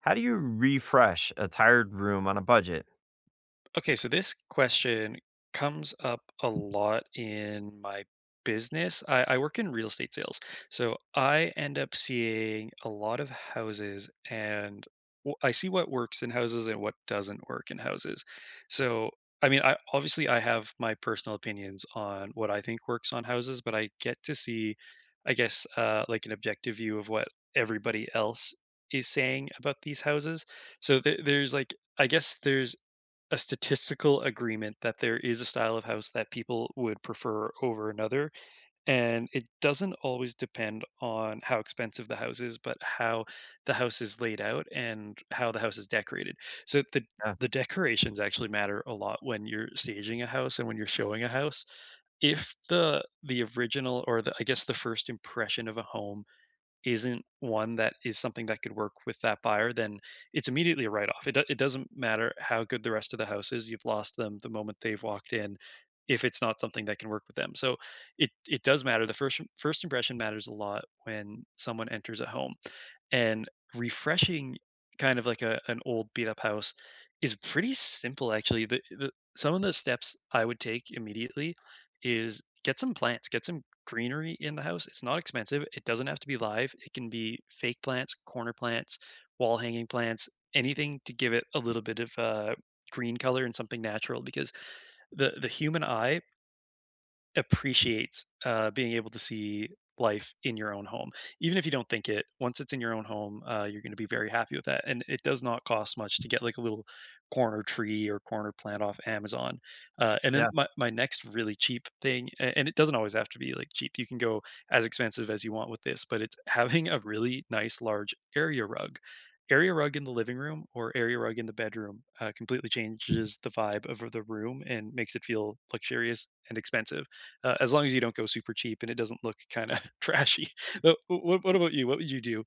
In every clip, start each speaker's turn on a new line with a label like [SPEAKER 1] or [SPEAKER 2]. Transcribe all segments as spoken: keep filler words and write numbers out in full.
[SPEAKER 1] How do you refresh a tired room on a budget?
[SPEAKER 2] Okay, so this question comes up a lot in my business. I, I work in real estate sales. So I end up seeing a lot of houses and w- I see what works in houses and what doesn't work in houses. So I mean, I obviously I have my personal opinions on what I think works on houses, but I get to see, I guess, uh, like an objective view of what everybody else is saying about these houses. So there there's like I guess there's a statistical agreement that there is a style of house that people would prefer over another. And it doesn't always depend on how expensive the house is, but how the house is laid out and how the house is decorated. So the
[SPEAKER 1] Yeah,
[SPEAKER 2] the decorations actually matter a lot when you're staging a house and when you're showing a house. If the the original or the I guess the first impression of a home isn't one that is something that could work with that buyer, then it's immediately a write off. It, do- it doesn't matter how good the rest of the house is. You've lost them the moment they've walked in if it's not something that can work with them. So it, it does matter. The first, first impression matters a lot when someone enters a home and refreshing kind of like a, an old beat up house is pretty simple. Actually, the, the, some of the steps I would take immediately is get some plants, get some greenery in the house. It's not expensive. It doesn't have to be live. It can be fake plants, corner plants, wall hanging plants, anything to give it a little bit of uh, green color and something natural because the the human eye appreciates uh, being able to see life in your own home. Even if you don't think it, once it's in your own home, uh, you're going to be very happy with that. And it does not cost much to get like a little corner tree or corner plant off Amazon. Uh, and
[SPEAKER 1] yeah.
[SPEAKER 2] then my, my next really cheap thing, a- and it doesn't always have to be like cheap, you can go as expensive as you want with this, but it's having a really nice large area rug. Area rug in the living room or area rug in the bedroom uh, completely changes the vibe of the room and makes it feel luxurious and expensive uh, as long as you don't go super cheap and it doesn't look kind of trashy. But what, what about you? What would you do?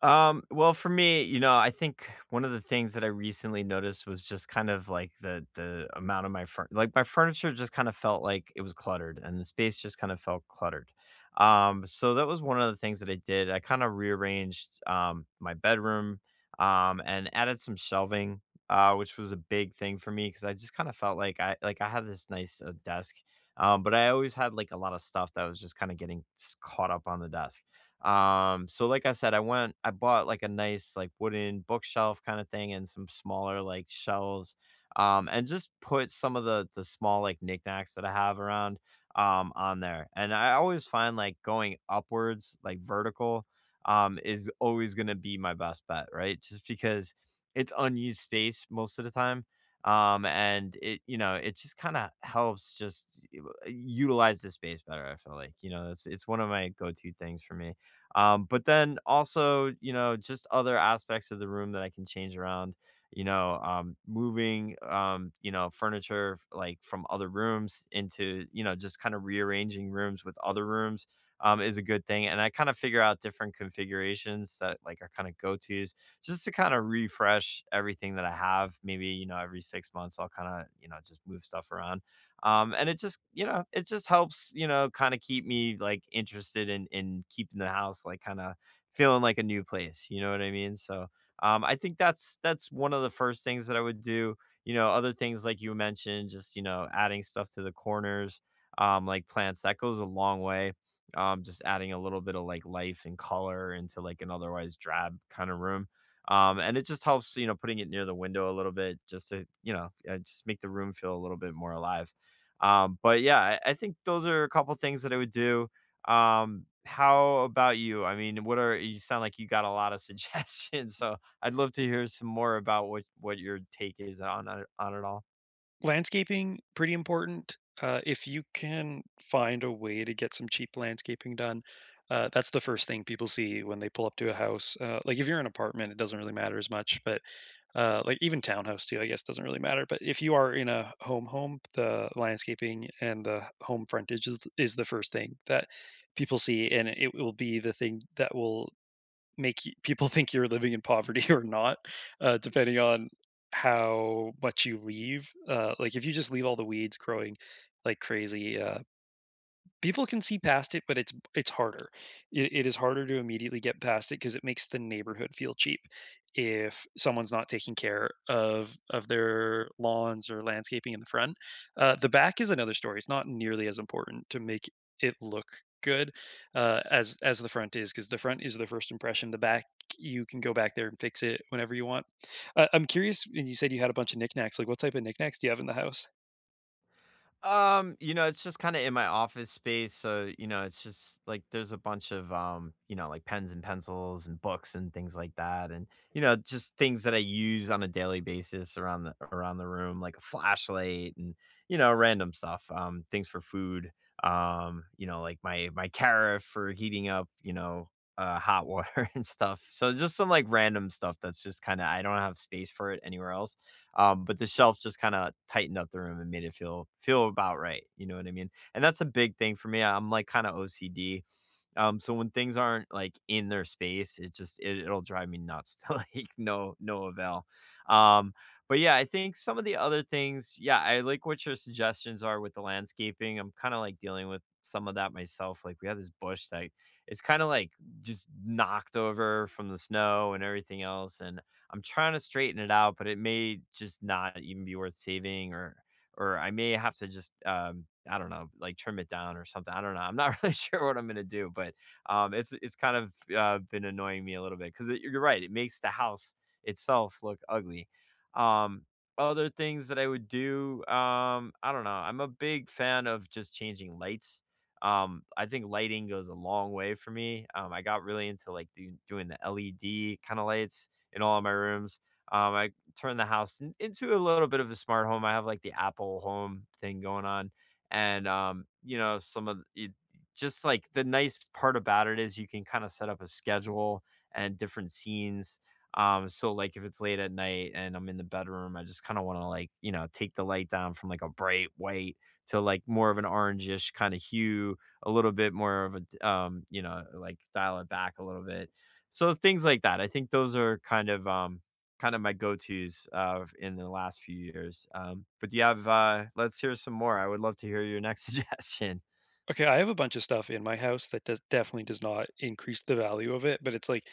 [SPEAKER 1] Um, well, for me, you know, I think one of the things that I recently noticed was just kind of like the the amount of my fur- like my furniture just kind of felt like it was cluttered, and the space just kind of felt cluttered. Um, so that was one of the things that I did. I kind of rearranged um my bedroom, um, and added some shelving, uh, which was a big thing for me because I just kind of felt like I like I had this nice uh, desk, um, but I always had like a lot of stuff that was just kind of getting s- caught up on the desk, um, so like I said, I went I bought like a nice like wooden bookshelf kind of thing and some smaller like shelves. Um, and just put some of the the small like knickknacks that I have around, um on there. And I always find like going upwards, like vertical, um, is always gonna be my best bet, right? Just because it's unused space most of the time. Um, and it, you know, it just kind of helps just u- utilize the space better. I feel like, you know, it's it's one of my go-to things for me. Um, but then also, you know, just other aspects of the room that I can change around, you know, um, moving, um, you know, furniture f- like from other rooms into, you know, just kind of rearranging rooms with other rooms, um, is a good thing. And I kind of figure out different configurations that like are kind of go tos just to kind of refresh everything that I have. Maybe, you know, every six months, I'll kind of, you know, just move stuff around, um, and it just, you know, it just helps, you know, kind of keep me like interested in in keeping the house like kind of feeling like a new place. You know what I mean? So um, I think that's that's one of the first things that I would do. You know, other things like you mentioned, just you know, adding stuff to the corners, um, like plants. That goes a long way. Um, just adding a little bit of like life and color into like an otherwise drab kind of room. Um, and it just helps, you know, putting it near the window a little bit, just to you know, uh, just make the room feel a little bit more alive. Um, but yeah, I, I think those are a couple things that I would do. Um, how about you? I mean, what are you sound like you got a lot of suggestions, so I'd love to hear some more about what what your take is on it- on it all.
[SPEAKER 2] Landscaping, pretty important. Uh, if you can find a way to get some cheap landscaping done, uh, that's the first thing people see when they pull up to a house. Uh, like if you're in an apartment, it doesn't really matter as much, but uh, like even townhouse too, I guess doesn't really matter. But if you are in a home home, the landscaping and the home frontage is, is the first thing that people see, and it will be the thing that will make y- people think you're living in poverty or not, uh, depending on how much you leave. Uh, like if you just leave all the weeds growing like crazy, uh, people can see past it, but it's it's harder. It, it is harder to immediately get past it because it makes the neighborhood feel cheap if someone's not taking care of of their lawns or landscaping in the front. Uh, the back is another story. It's not nearly as important to make it look good uh, as as the front is because the front is the first impression. The back you can go back there and fix it whenever you want. Uh, I'm curious. And you said you had a bunch of knickknacks. Like what type of knickknacks do you have in the house?
[SPEAKER 1] Um, you know, it's just kind of in my office space, so you know, it's just like there's a bunch of um, you know, like pens and pencils and books and things like that, and you know, just things that I use on a daily basis around the around the room, like a flashlight and you know, random stuff, um, things for food, um, you know, like my my carafe for heating up, you know, uh, hot water and stuff. So just some like random stuff that's just kind of I don't have space for it anywhere else, um, but the shelf just kind of tightened up the room and made it feel feel about right. You know what I mean? And that's a big thing for me. I'm like kind of O C D. Um, so when things aren't like in their space, it just it, it'll drive me nuts to like no no avail. Um, but yeah, I think some of the other things, yeah, I like what your suggestions are with the landscaping. I'm kind of like dealing with some of that myself. Like we have this bush that it's kind of like just knocked over from the snow and everything else. And I'm trying to straighten it out, but it may just not even be worth saving or or I may have to just um I don't know, like trim it down or something. I don't know. I'm not really sure what I'm gonna do, but um it's it's kind of uh, been annoying me a little bit because you're right, it makes the house itself look ugly. Um Other things that I would do, um, I don't know. I'm a big fan of just changing lights. um I think lighting goes a long way for me. um I got really into like do, doing the LED kind of lights in all of my rooms. Um, I turned the house in- into a little bit of a smart home. I have like the Apple Home thing going on, and um, you know, some of it, just like the nice part about it is you can kind of set up a schedule and different scenes. Um, so like if it's late at night and I'm in the bedroom, I just kind of want to like you know take the light down from like a bright white to like more of an orangish kind of hue, a little bit more of a d- um, you know like dial it back a little bit, so things like that. I think those are kind of um kind of my go-tos uh in the last few years. Um but do you have uh let's hear some more. I would love to hear your next suggestion.
[SPEAKER 2] Okay, I have a bunch of stuff in my house that does definitely does not increase the value of it, but it's like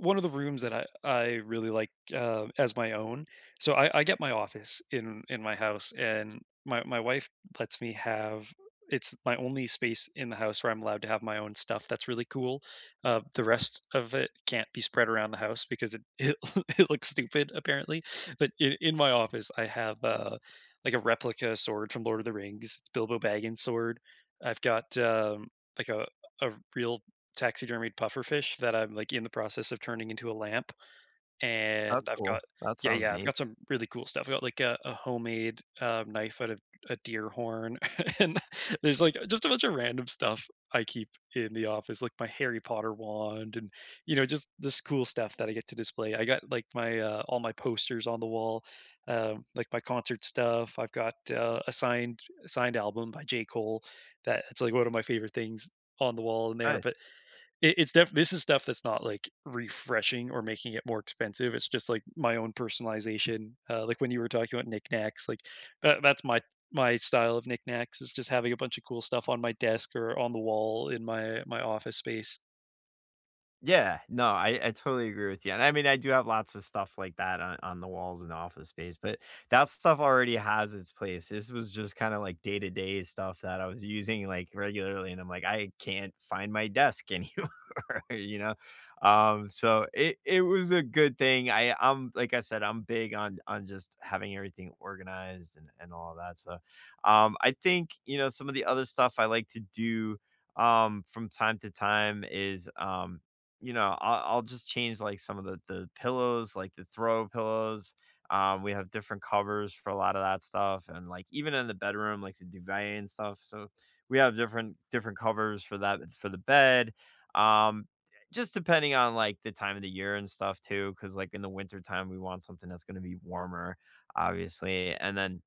[SPEAKER 2] one of the rooms that I I really like, uh, as my own. So I I get my office in in my house, and my my wife lets me have it's my only space in the house where I'm allowed to have my own stuff. That's really cool. Uh, the rest of it can't be spread around the house because it it, it looks stupid apparently. But in, in my office, I have uh, like a replica sword from Lord of the Rings. It's Bilbo Baggins' sword. I've got um, like a a real taxidermied pufferfish that I'm, like, in the process of turning into a lamp, and
[SPEAKER 1] That's
[SPEAKER 2] I've
[SPEAKER 1] cool.
[SPEAKER 2] got
[SPEAKER 1] That
[SPEAKER 2] yeah,
[SPEAKER 1] sounds
[SPEAKER 2] yeah, I've
[SPEAKER 1] neat.
[SPEAKER 2] got some really cool stuff. I got, like, a a homemade, uh, knife out of a deer horn, and there's, like, just a bunch of random stuff I keep in the office, like my Harry Potter wand and, you know, just this cool stuff that I get to display. I got, like, my, uh all my posters on the wall, um, like, my concert stuff. I've got, uh, a signed signed album by J. Cole that it's, like, one of my favorite things on the wall in there, but
[SPEAKER 1] Nice.
[SPEAKER 2] it, it's def this is stuff that's not like refreshing or making it more expensive. It's just like my own personalization. Uh, like when you were talking about knickknacks, like that that's my my style of knickknacks is just having a bunch of cool stuff on my desk or on the wall in my my office space.
[SPEAKER 1] Yeah, no, I I totally agree with you, and I mean, I do have lots of stuff like that on on the walls in the office space, but that stuff already has its place. This was just kinda like day-to-day stuff that I was using, like, regularly, and I'm like, "I can't find my desk anymore, you know?" Um, so it it was a good thing. I I'm like I said, I'm big on on just having everything organized and and all that, so, um, I think, you know, some of the other stuff I like to do, um, from time to time is, um you know, I'll I'll just change, like, some of the the pillows, like, the throw pillows, um, we have different covers for a lot of that stuff, and, like, even in the bedroom, like, the duvet and stuff, so we have different different covers for that for the bed, um, just depending on, like, the time of the year and stuff too, because like, in the winter time, we want something that's gonna be warmer, obviously, and then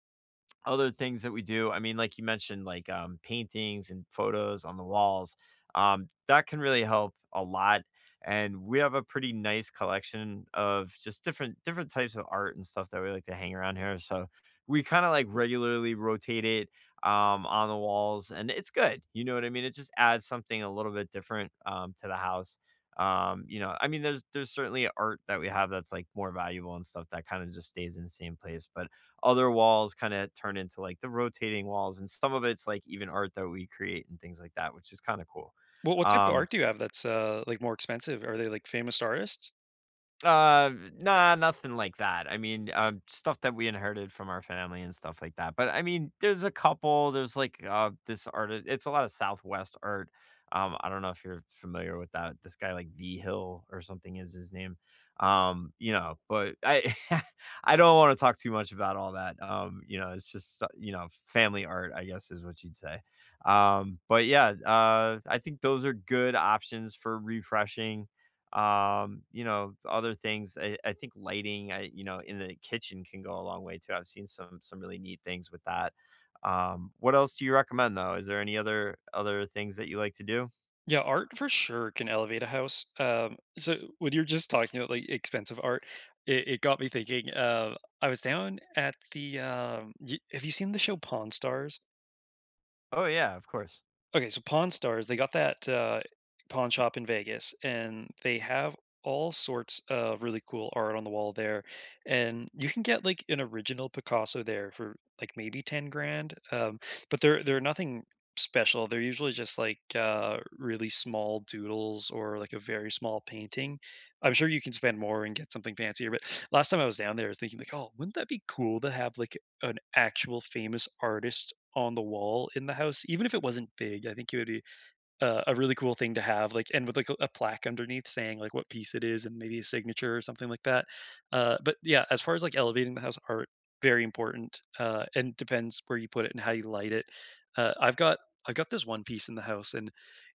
[SPEAKER 1] other things that we do, I mean, like you mentioned, like, um, paintings and photos on the walls, um, that can really help a lot, and we have a pretty nice collection of just different different types of art and stuff that we like to hang around here, so we kinda, like, regularly rotate it, um, on the walls, and it's good, you know what I mean? It just adds something a little bit different, um, to the house, um, you know, I mean, there's there's certainly art that we have that's, like, more valuable and stuff that kinda just stays in the same place, but other walls kind of turn into like the rotating walls and some of it's like even art that we create and things like that which is kind of cool.
[SPEAKER 2] What what type of
[SPEAKER 1] um
[SPEAKER 2] art do you have that's uh like more expensive? Are they like famous artists?
[SPEAKER 1] Uh, nah, nothing like that. I mean, um, stuff that we inherited from our family and stuff like that. But I mean, there's a couple. There's like uh, this artist. It's a lot of Southwest art. Um, I don't know if you're familiar with that. This guy, like V Hill or something, is his name. Um, you know, but I, I don't want to talk too much about all that. Um, you know, it's just so- you know, family art, I guess, is what you'd say. Um, but yeah, uh, I think those are good options for refreshing. Um you know, other things i, I think lighting I you know in the kitchen can go a long way too. I've seen some some really neat things with that. Um what else do you recommend, though? Is there any other other things that you like to do?
[SPEAKER 2] Yeah, art for sure can elevate a house. Um, so when you're just talking about like expensive art, it, it got me thinking. Uh, I was down at the. Um, y- have you seen the show Pawn Stars?
[SPEAKER 1] Oh yeah, of course.
[SPEAKER 2] Okay, so Pawn Stars, they got that, uh, pawn shop in Vegas, and they have all sorts of really cool art on the wall there, and you can get, like, an original Picasso there for, like, maybe ten grand, um, but they're they're nothing special, they're usually just, like, uh, really small doodles or, like, a very small painting. I'm sure you can spend more and get something fancier, but last time I was down there, I was thinking like, "Oh, wouldn't that be cool to have, like, an actual famous artist on the wall in the house, even if it wasn't big, I think it would be uh, a really cool thing to have, like, and with like a a plaque underneath saying like what piece it is and maybe a signature or something like that. Uh, but yeah, as far as like elevating the house art, very important, uh, and depends where you put it and how you light it. Uh, I've got I've got this one piece in the house, and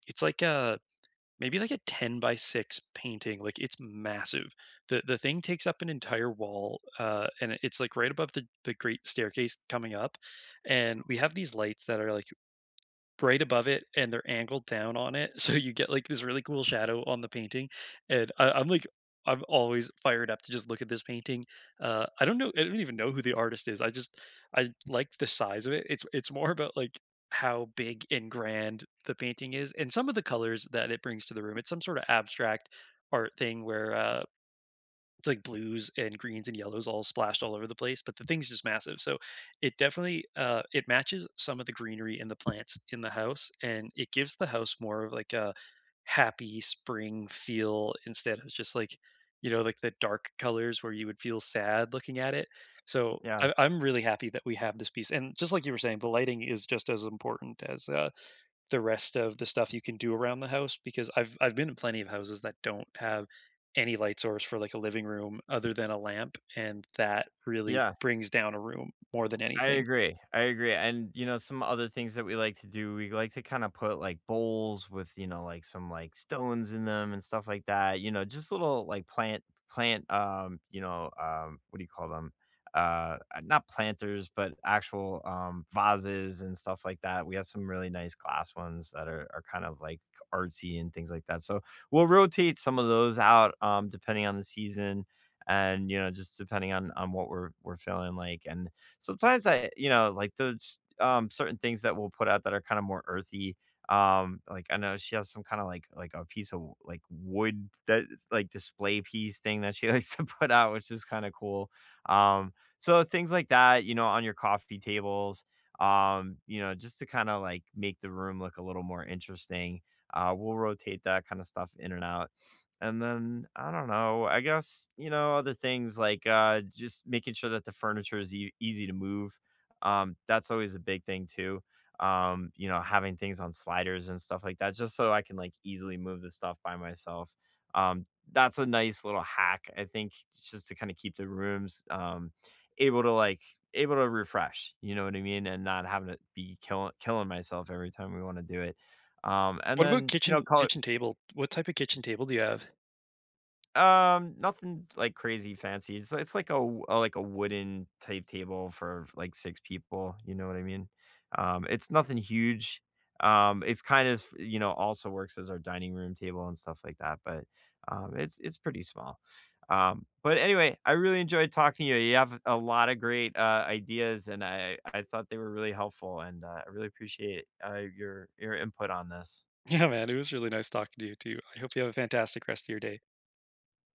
[SPEAKER 2] it's like a maybe like a ten by six painting like it's massive the the thing takes up an entire wall uh and it's like right above the the great staircase coming up and we have these lights that are like right above it and they're angled down on it so you get like this really cool shadow on the painting and I, I'm like I'm always fired up to just look at this painting. uh I don't know, I don't even know who the artist is, I just I like the size of it, it's it's more about like how big and grand the painting is and some of the colors that it brings to the room. It's some sort of abstract art thing where uh it's like blues and greens and yellows all splashed all over the place, but the thing's just massive. So it definitely uh, it matches some of the greenery and the plants in the house, and it gives the house more of like a happy spring feel instead of just like you know like the dark colors where you would feel sad looking at it. So
[SPEAKER 1] Yeah,
[SPEAKER 2] I, I'm really happy that we have this piece, and just like you were saying, the lighting is just as important as uh, the rest of the stuff you can do around the house because I've I've been in plenty of houses that don't have any light source for like a living room other than a lamp, and that really
[SPEAKER 1] yeah,
[SPEAKER 2] brings down a room more than
[SPEAKER 1] I
[SPEAKER 2] anything.
[SPEAKER 1] agree. I agree. And you know, some other things that we like to do, we like to kind of put like bowls with, you know, like some like stones in them and stuff like that. You know, just little like plant plant, um, you know, um what do you call them? Uh uh, not planters, but actual um vases and stuff like that. We have some really nice glass ones that are are kind of like artsy and things like that. So we'll rotate some of those out um depending on the season and you know just depending on on what we're we're feeling like and sometimes I you know, like, those, um, certain things that we'll put out that are kinda more earthy, um, like, I know she has some kinda, like like, a piece of, like, wood that like, display piece thing that she likes to put out, which is kinda cool, um, so things like that, you know, on your coffee tables, um, you know, just to kinda, like, make the room look a little more interesting, uh, we'll rotate that kinda stuff in and out. And then I don't know, I guess, you know, other things like, uh, just making sure that the furniture is ea easy to move. Um, that's always a big thing too. Um, you know, having things on sliders and stuff like that just so I can, like, easily move the stuff by myself. Um, that's a nice little hack, I think, just to kinda keep the rooms, um, able to, like able to refresh, you know what I mean? And not having to be killing killing myself every time we wanna do it. Um, and
[SPEAKER 2] What about
[SPEAKER 1] then, you know,
[SPEAKER 2] kitchen
[SPEAKER 1] col
[SPEAKER 2] kitchen table? What type of kitchen table do you have?
[SPEAKER 1] um, nothing like crazy fancy. It's it's like a, w- uh, like a wooden type table for like six people. You know what I mean? Um, it's nothing huge. Um, it's kind of you know also works as our dining room table and stuff like that. But um, it's it's pretty small. Um, but anyway, I really enjoyed talking to you. You have a lot of great uh, ideas, and I I thought they were really helpful, and uh, I really appreciate uh, your your input on this.
[SPEAKER 2] Yeah, man, it was really nice talking to you too. I hope you have a fantastic rest of your day.